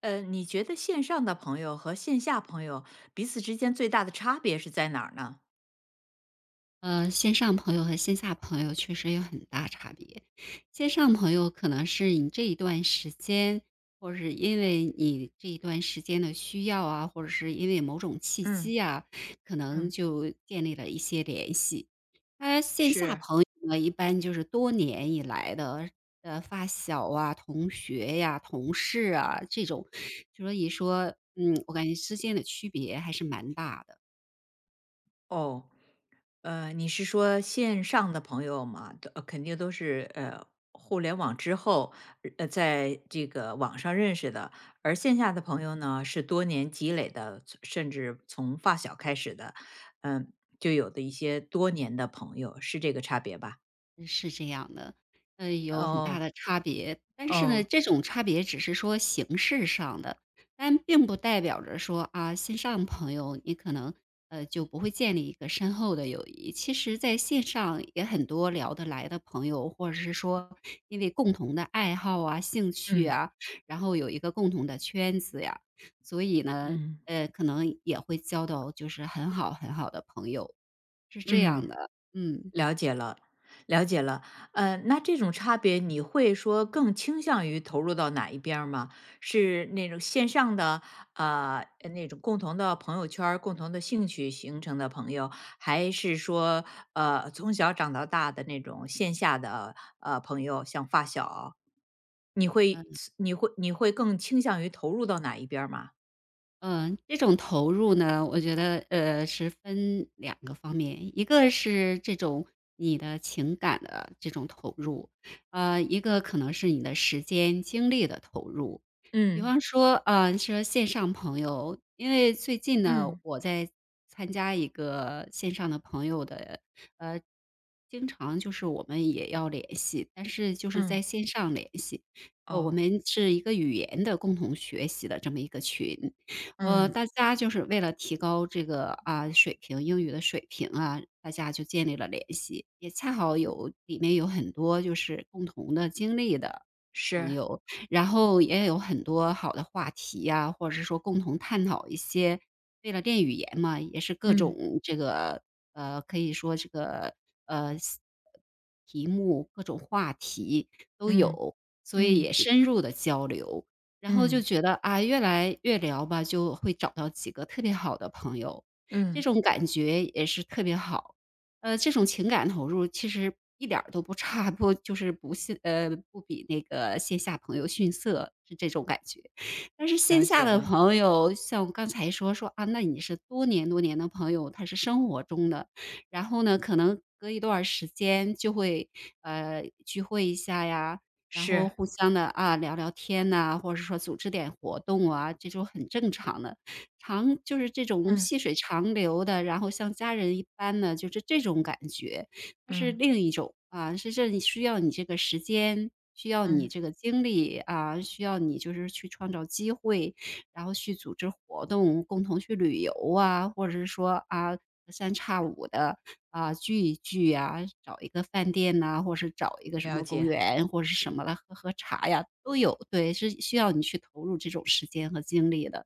你觉得线上的朋友和线下朋友彼此之间最大的差别是在哪儿呢？线上朋友和线下朋友确实有很大差别。线上朋友可能是你这一段时间，或者是因为你这一段时间的需要啊，或者是因为某种契嗯机啊，可能嗯，就建立了一些联系。他线下是，朋友呢，一般就是多年以来的发小啊、同学呀、同事啊这种，所以说，我感觉之间的区别还是蛮大的。哦，你是说线上的朋友嘛，都肯定都是互联网之后，在这个网上认识的，而线下的朋友呢，是多年积累的，甚至从发小开始的，嗯、就有的一些多年的朋友，是这个差别吧？是这样的，有很大哦，的差别。但是呢，哦，这种差别只是说形式上的，但并不代表着说啊，线上朋友你可能就不会建立一个深厚的友谊。其实，在线上也很多聊得来的朋友，或者是说因为共同的爱好啊、兴趣嗯啊，然后有一个共同的圈子呀，所以呢，嗯。可能也会交到就是很好很好的朋友，是这样嗯。的。了解了，了解了。那这种差别你会说更倾向于投入到哪一边儿吗？是那种线上的，呃，那种共同的朋友圈儿共同的兴趣形成的朋友，还是说，从小长到大的那种线下的朋友，像发小？你会你会更倾向于投入到哪一边儿吗？这种投入呢，我觉得，是分两个方面，一个是这种你的情感的这种投入，一个可能是你的时间精力的投入。比嗯方说，啊，说线上朋友，因为最近呢，嗯我在参加一个线上的朋友的，呃，经常就是我们也要联系，但是就是嗯，在线上联系，我哦，们是一个语言的共同学习的这么一个群。嗯，大家就是为了提高这个啊水平，英语的水平啊，大家就建立了联系，也恰好有里面有很多就是共同的经历的朋是，友，然后也有很多好的话题呀、或者是说共同探讨一些为了练语言嘛，也是各嗯种这个可以说这个呃题目各种话题都嗯有，所以嗯也深入的交流。然后就嗯。觉得，啊，越来越聊吧，就会找到几个特别好的朋友，这嗯，种感觉也是特别好。这种情感投入其实一点儿都不差，不就是不逊不比那个线下朋友逊色，是这种感觉。但是线了下解的了，朋友，像我刚才说，啊，那你是多年多年的朋友，他是生活中的，然后呢，可能隔一段儿时间就会，聚会一下呀，然后是，互相的啊，聊聊天呐，或者是说组织点活动啊，这种很正常的。就是这种细嗯水长流的，然后像家人一般的，就是这种感觉。它是嗯另一种，啊，是这里需要你这个时间，需要你嗯，这个精力，啊，需要你就是去创造机会，然后去组织活动，共同去旅游啊，或者是说，啊，隔三差五的。啊，聚一聚啊，找一个饭店呐，或是找一个什了么公解，园或者是什么来喝喝茶呀，都有。对，是需要你去投入这种时间和精力的。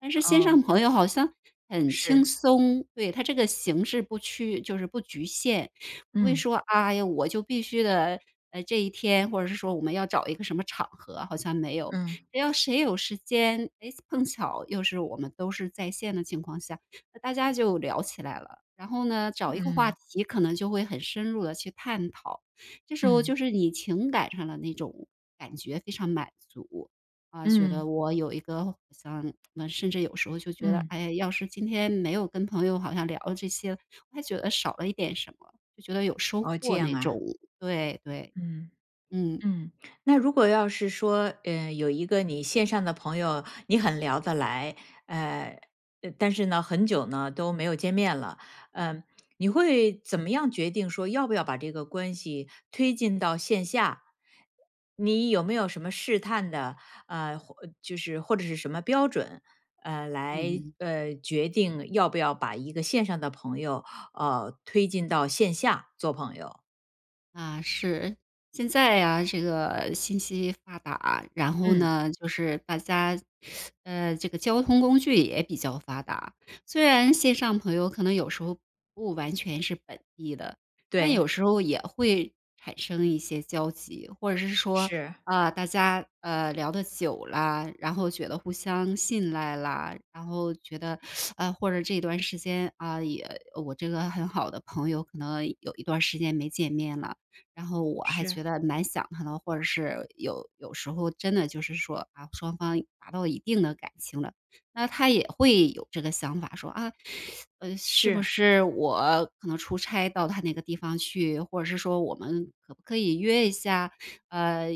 但是线上哦，朋友好像很轻是，松，对，它这个形式不趋就是不局限，不会嗯说，哎呀，我就必须得，这一天，或者是说我们要找一个什么场合啊，好像没有。嗯只要谁有时间，哎，碰巧又是我们都是在线的情况下，那大家就聊起来了，然后呢，找一个话嗯题可能就会很深入的去探讨，这时候嗯就是你情感上的那种感觉非常满足。啊，觉得嗯我有一个好像甚至有时候就觉得，嗯，哎，要是今天没有跟朋友好像聊这些，我还觉得少了一点什么，就觉得有收哦，这获样那种，啊，对对，嗯。嗯，嗯，那如果要是说，有一个你线上的朋友，你很聊得来，呃，但是呢，很久呢都没有见面了，嗯、你会怎么样决定说要不要把这个关系推进到线下？你有没有什么试探的，或就是或者是什么标准，来嗯。决定要不要把一个线上的朋友，推进到线下做朋友？啊，是。现在呀，这个信息发达，然后嗯，呢，就是大家，这个交通工具也比较发达。虽然线上朋友可能有时候不完全是本地的，但对，有时候也会产生一些交集，或者是说，是啊，大家聊得久了，然后觉得互相信赖啦，然后觉得，啊，或者这段时间啊，也我这个很好的朋友，可能有一段时间没见面了。然后我还是。觉得蛮想他的，或者是有时候真的就是说啊，双方达到一定的感情了，那他也会有这个想法说啊，是不是，是我可能出差到他那个地方去，或者是说我们可不可以约一下，呃，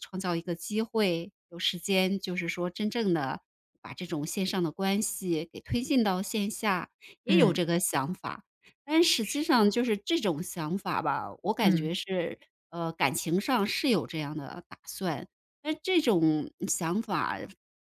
创造一个机会，有时间就是说真正的把这种线上的关系给推进到线下，也有嗯，这个想法。但实际是。上就是这种想法吧，我感嗯，觉是，感情上是有这样的打算，但这种想法，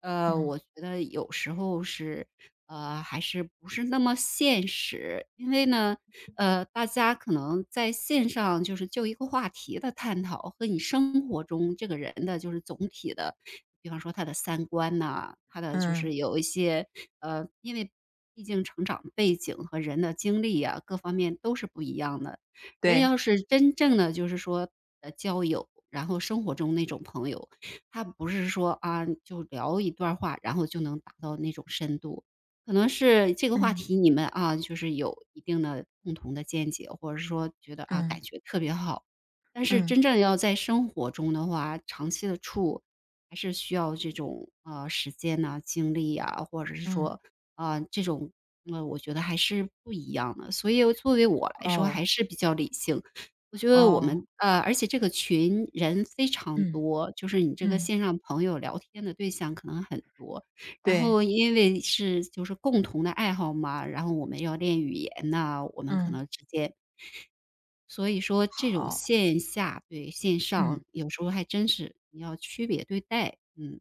嗯，我觉得有时候是，还是不是那么现实。因为呢，大家可能在线上就是就一个话题的探讨，和你生活中这个人的就是总体的比方说他的三观呐，他的就嗯，是有一些，因为毕竟成长背景和人的经历呀，各方面都是不一样的。人对，要是真正的就是说，交友，然后生活中那种朋友，他不是说啊，就聊一段话，然后就能达到那种深度。可能是这个话嗯，题你们啊，就是有一定的共同的见解，或者是说觉得啊，感嗯，觉特别好。但是嗯，真正要在生活中的话，长期的处，还是需要这种时间呐、精力啊，或者是嗯，说啊、这种我觉得还是不一样的。所以作为我来说，还哦，是比较理性。我觉得我哦，们而且这个群人非常嗯，多，就是你这个嗯，线上朋友聊天的对象可能很多。然对，后因为是就是共同的爱好嘛，然后我们要练语言呐、我们可嗯，能之间，所以说这种好，线下对线上嗯。有时候还真是你要区别对待，嗯。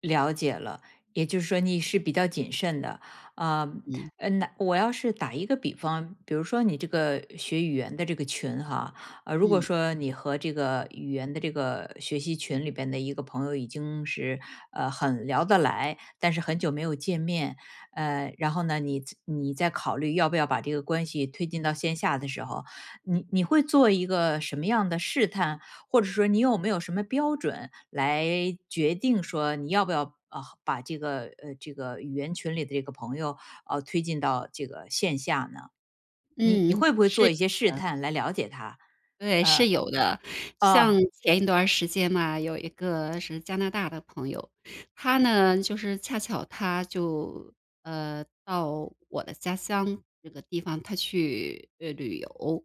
了解了，也就是说你是比较谨慎的，啊，嗯那我要是打一个比方，比如说你这个学语言的这个群哈，如果嗯说你和这个语言的这个学习群里边的一个朋友已经是很聊得来，但是很久没有见面，然后呢，你在考虑要不要把这个关系推进到线下的时候，你会做一个什么样的试探，或者说你有没有什么标准来决定说你要不要把这个语言群里的这个朋友推进到这个线下呢？你嗯，会不会是做一些试探来了解他？对，呃是有的。像哦前一段儿时间嘛，有一个是加拿大的朋友，他呢，就是恰巧他就到我的家乡这个地方，他去，旅游。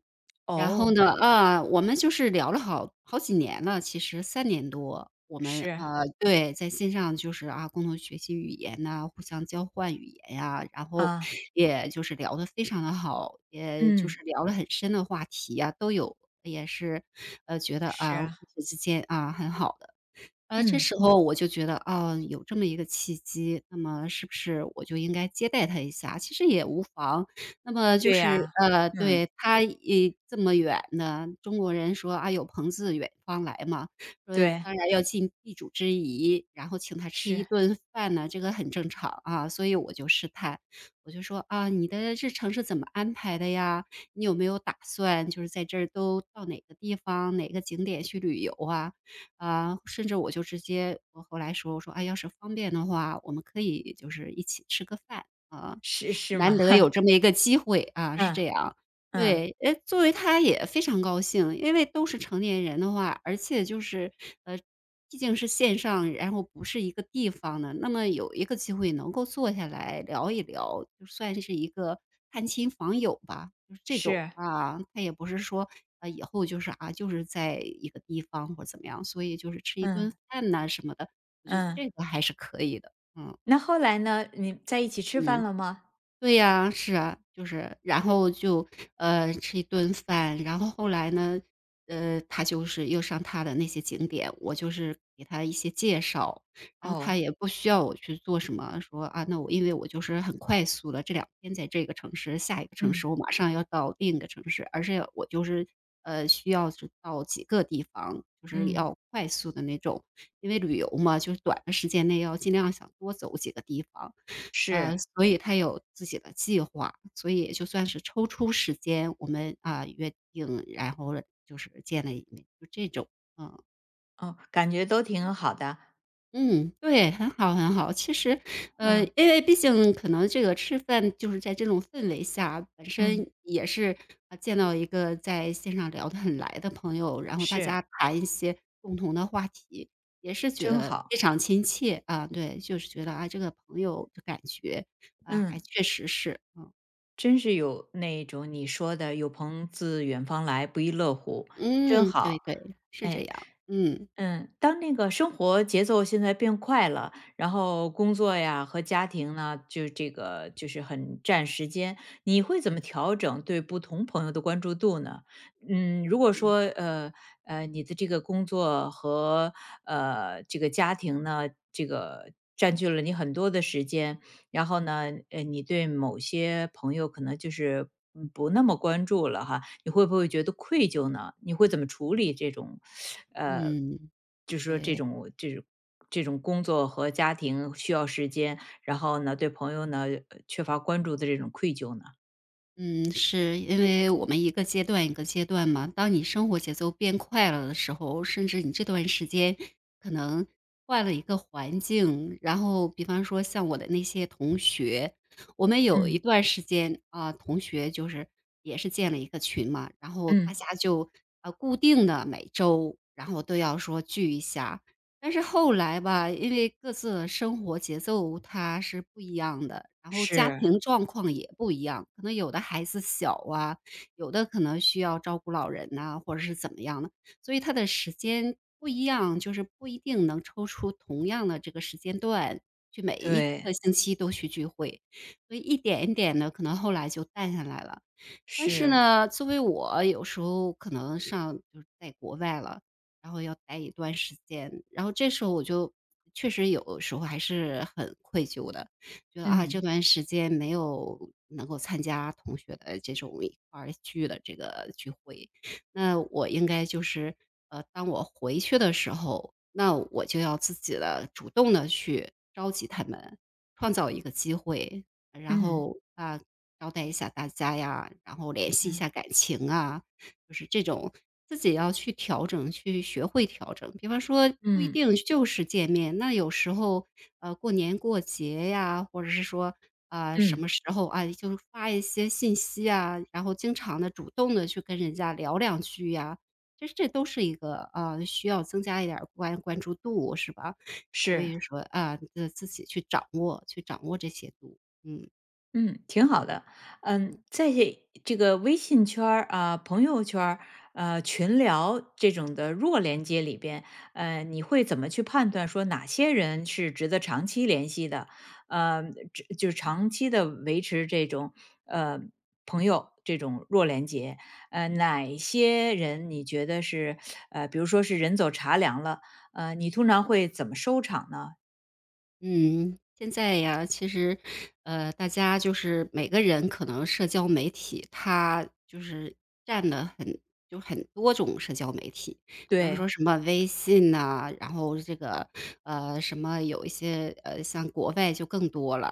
然后哦呢，我们就是聊了好好几年了，其实三年多，我们是对，在线上就是，啊，共同学习语言呐，互相交换语言呀，然后啊也就是聊得非常的好，也就嗯是聊了很深的话题呀，都有。也是，觉得，是啊，啊彼此之间，啊，很好的。这嗯时候我就觉得，啊，有这么一个契机，那么是不是我就应该接待他一下，其实也无妨。那么就对是，呀、对，嗯他也这么远呢。中国人说：“啊，有朋自远方来嘛。”说对当然要尽地主之谊，然后请他吃一是顿饭呢，这个很正常啊。所以我就试探，我就说：“啊，你的日程是怎么安排的呀？你有没有打算就是在这儿都到哪个地方、哪个景点去旅游啊？”啊，甚至我就直接我后来说，我说：“哎，要是方便的话，我们可以就是一起吃个饭，啊，是是难吗？得有 这么一个机会。”啊，是这嗯样。嗯对，哎，作为他也非常高兴，因为都是成年人的话，而且就是，呃，毕竟是线上，然后不是一个地方的，那么有一个机会能够坐下来聊一聊，就算是一个探亲访友吧，就是这种是啊，他也不是说，啊，以后就是啊，就是在一个地方或者怎么样，所以就是吃一顿嗯饭呐什么的，我觉得嗯。这个还是可以的，嗯那后来呢？你在一起吃饭嗯。了吗？对呀，是啊，就是然后就，吃一顿饭，然后后来呢，他就是又上他的那些景点，我就是给他一些介绍，然后他哦也不需要我去做什么，说啊，那我因为我就是很快速的，这两天在这个城市，下一个城市嗯我马上要到另一个城市，而是我就是，需要是到几个地方，就是嗯要快速的那种，因为旅游嘛，就是短的时间内要尽量想多走几个地方。是。所以他有自己的计划，所以也就算是抽出时间，我们啊约定，然后了就是见了一面，就这种。嗯哦，感觉都挺好的。嗯，对，很好很好。其实，嗯，因为毕竟可能这个吃饭就是在这种氛围下，本嗯，身也是啊见到一个在线上聊得很来的朋友，然后大家是，谈一些共同的话题，也是觉真得非好。常亲切啊。对，就是觉得啊这个朋友的感觉啊还嗯，确实是嗯。真是有那种你说的"有朋自远方来，不亦乐乎"，真嗯，对好。对，是这哎。样。嗯，嗯，当那个生活节奏现在变快了，然后工作呀和家庭呢，就这个就是很占时间，你会怎么调整对不同朋友的关注度呢？嗯，如果说你的这个工作和这个家庭呢，这个占据了你很多的时间，然后呢，你对某些朋友可能就是不那么关注了哈，你会不会觉得愧疚呢？你会怎么处理这种，呃，嗯，就是说这对，种这种这种工作和家庭需要时间，然后呢对朋友呢缺乏关注的这种愧疚呢？嗯，是因为我们一个阶段一个阶段嘛，当你生活节奏变快了的时候，甚至你这段时间可能换了一个环境，然后比方说像我的那些同学，我们有一嗯段时间啊，同学就是也是建了一个群嘛，然后大嗯，家就啊固定的每周，然后都要说聚一下。但是后来吧，因为各自的生活节奏它是不一样的，然后家是，庭状况也不一样，可能有的孩子小啊，有的可能需要照顾老人呐、或者是怎么样的，所以他的时间不一样，就是不一定能抽出同样的这个时间段去每一对，个星期都去聚会，所以一点一点的，可能后来就淡下来了。但是是，呢，作为我有时候可能上就是在国外了，然后要待一段时间，然后这时候我就确实有时候还是很愧疚的，觉得啊这嗯段时间没有能够参加同学的这种一块儿聚的这个聚会，那我应该就是当我回去的时候，那我就要自己的主动的去召集他们，创造一个机会，然嗯后啊招待一下大家呀，然后联系一嗯下感情啊，就是这种自己要去调整，去学会调整。比方说不一嗯嗯定就是见面，那有时候，过年过节呀，或者是说，啊，什嗯，么时候啊，就是发一些信息啊，然后经常的主动的去跟人家聊两句呀，其实这都是一个，啊，需要增加一点儿关注度，是吧？所是。以说，啊，自己去掌握去掌握这些度，嗯。嗯，挺好的。嗯，在这个微信圈儿啊、朋友圈儿、群聊这种的弱连接里边，你会怎么去判断说哪些人是值得长期联系的？呃，这就是长期的维持这种呃朋友这种弱连接，哪些人你觉得是比如说是人走茶凉了，你通常会怎么收场呢？嗯，现在呀，其实，大家就是每个人可能社交媒体，它就是占的很就很多种社交媒体，比方说对，什么微信呐，然后这个什么有一些像国外就更多了，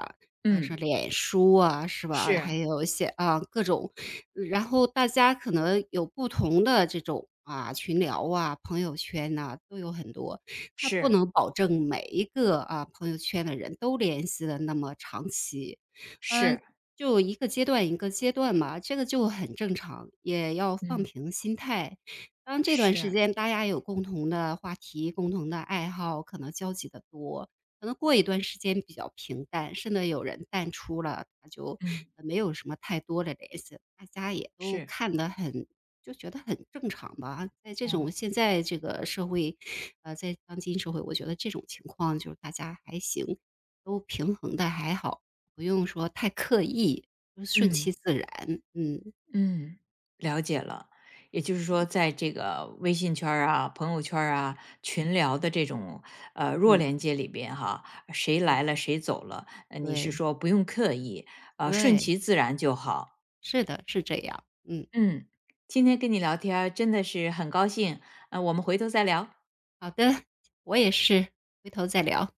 啊，后是嗯，脸书啊，是吧？还是有一些啊各种，然后大家可能有不同的这种啊群聊啊、朋友圈呐、都有很多。他不是能保证每一个啊朋友圈的人都联系的那么长期，嗯、是，就一个阶段一个阶段嘛，这个就很正常，也要放嗯。平心态。当这段时是，间大家有共同的话题、共同的爱好，可能交集的多，可能过一段时间比较平淡，甚至有人淡出了，他就嗯，没有什么太多的联系，大家也都是，看得很就觉得很正常吧。在这种哦。现在这个社会，在当今社会，我觉得这种情况就是大家还行，都平衡的还好，不用说太刻意，就顺其嗯自然。嗯嗯，了解了，也就是说，在这个微信圈儿啊、朋友圈儿啊、群聊的这种弱嗯，连接里边哈，谁来了对谁走了，你是对说不用刻意，顺对，其自然就好。是的，是这样。嗯，嗯，今天跟你聊天儿真的是很高兴，我们回头再聊。好的，我也是，回头再聊。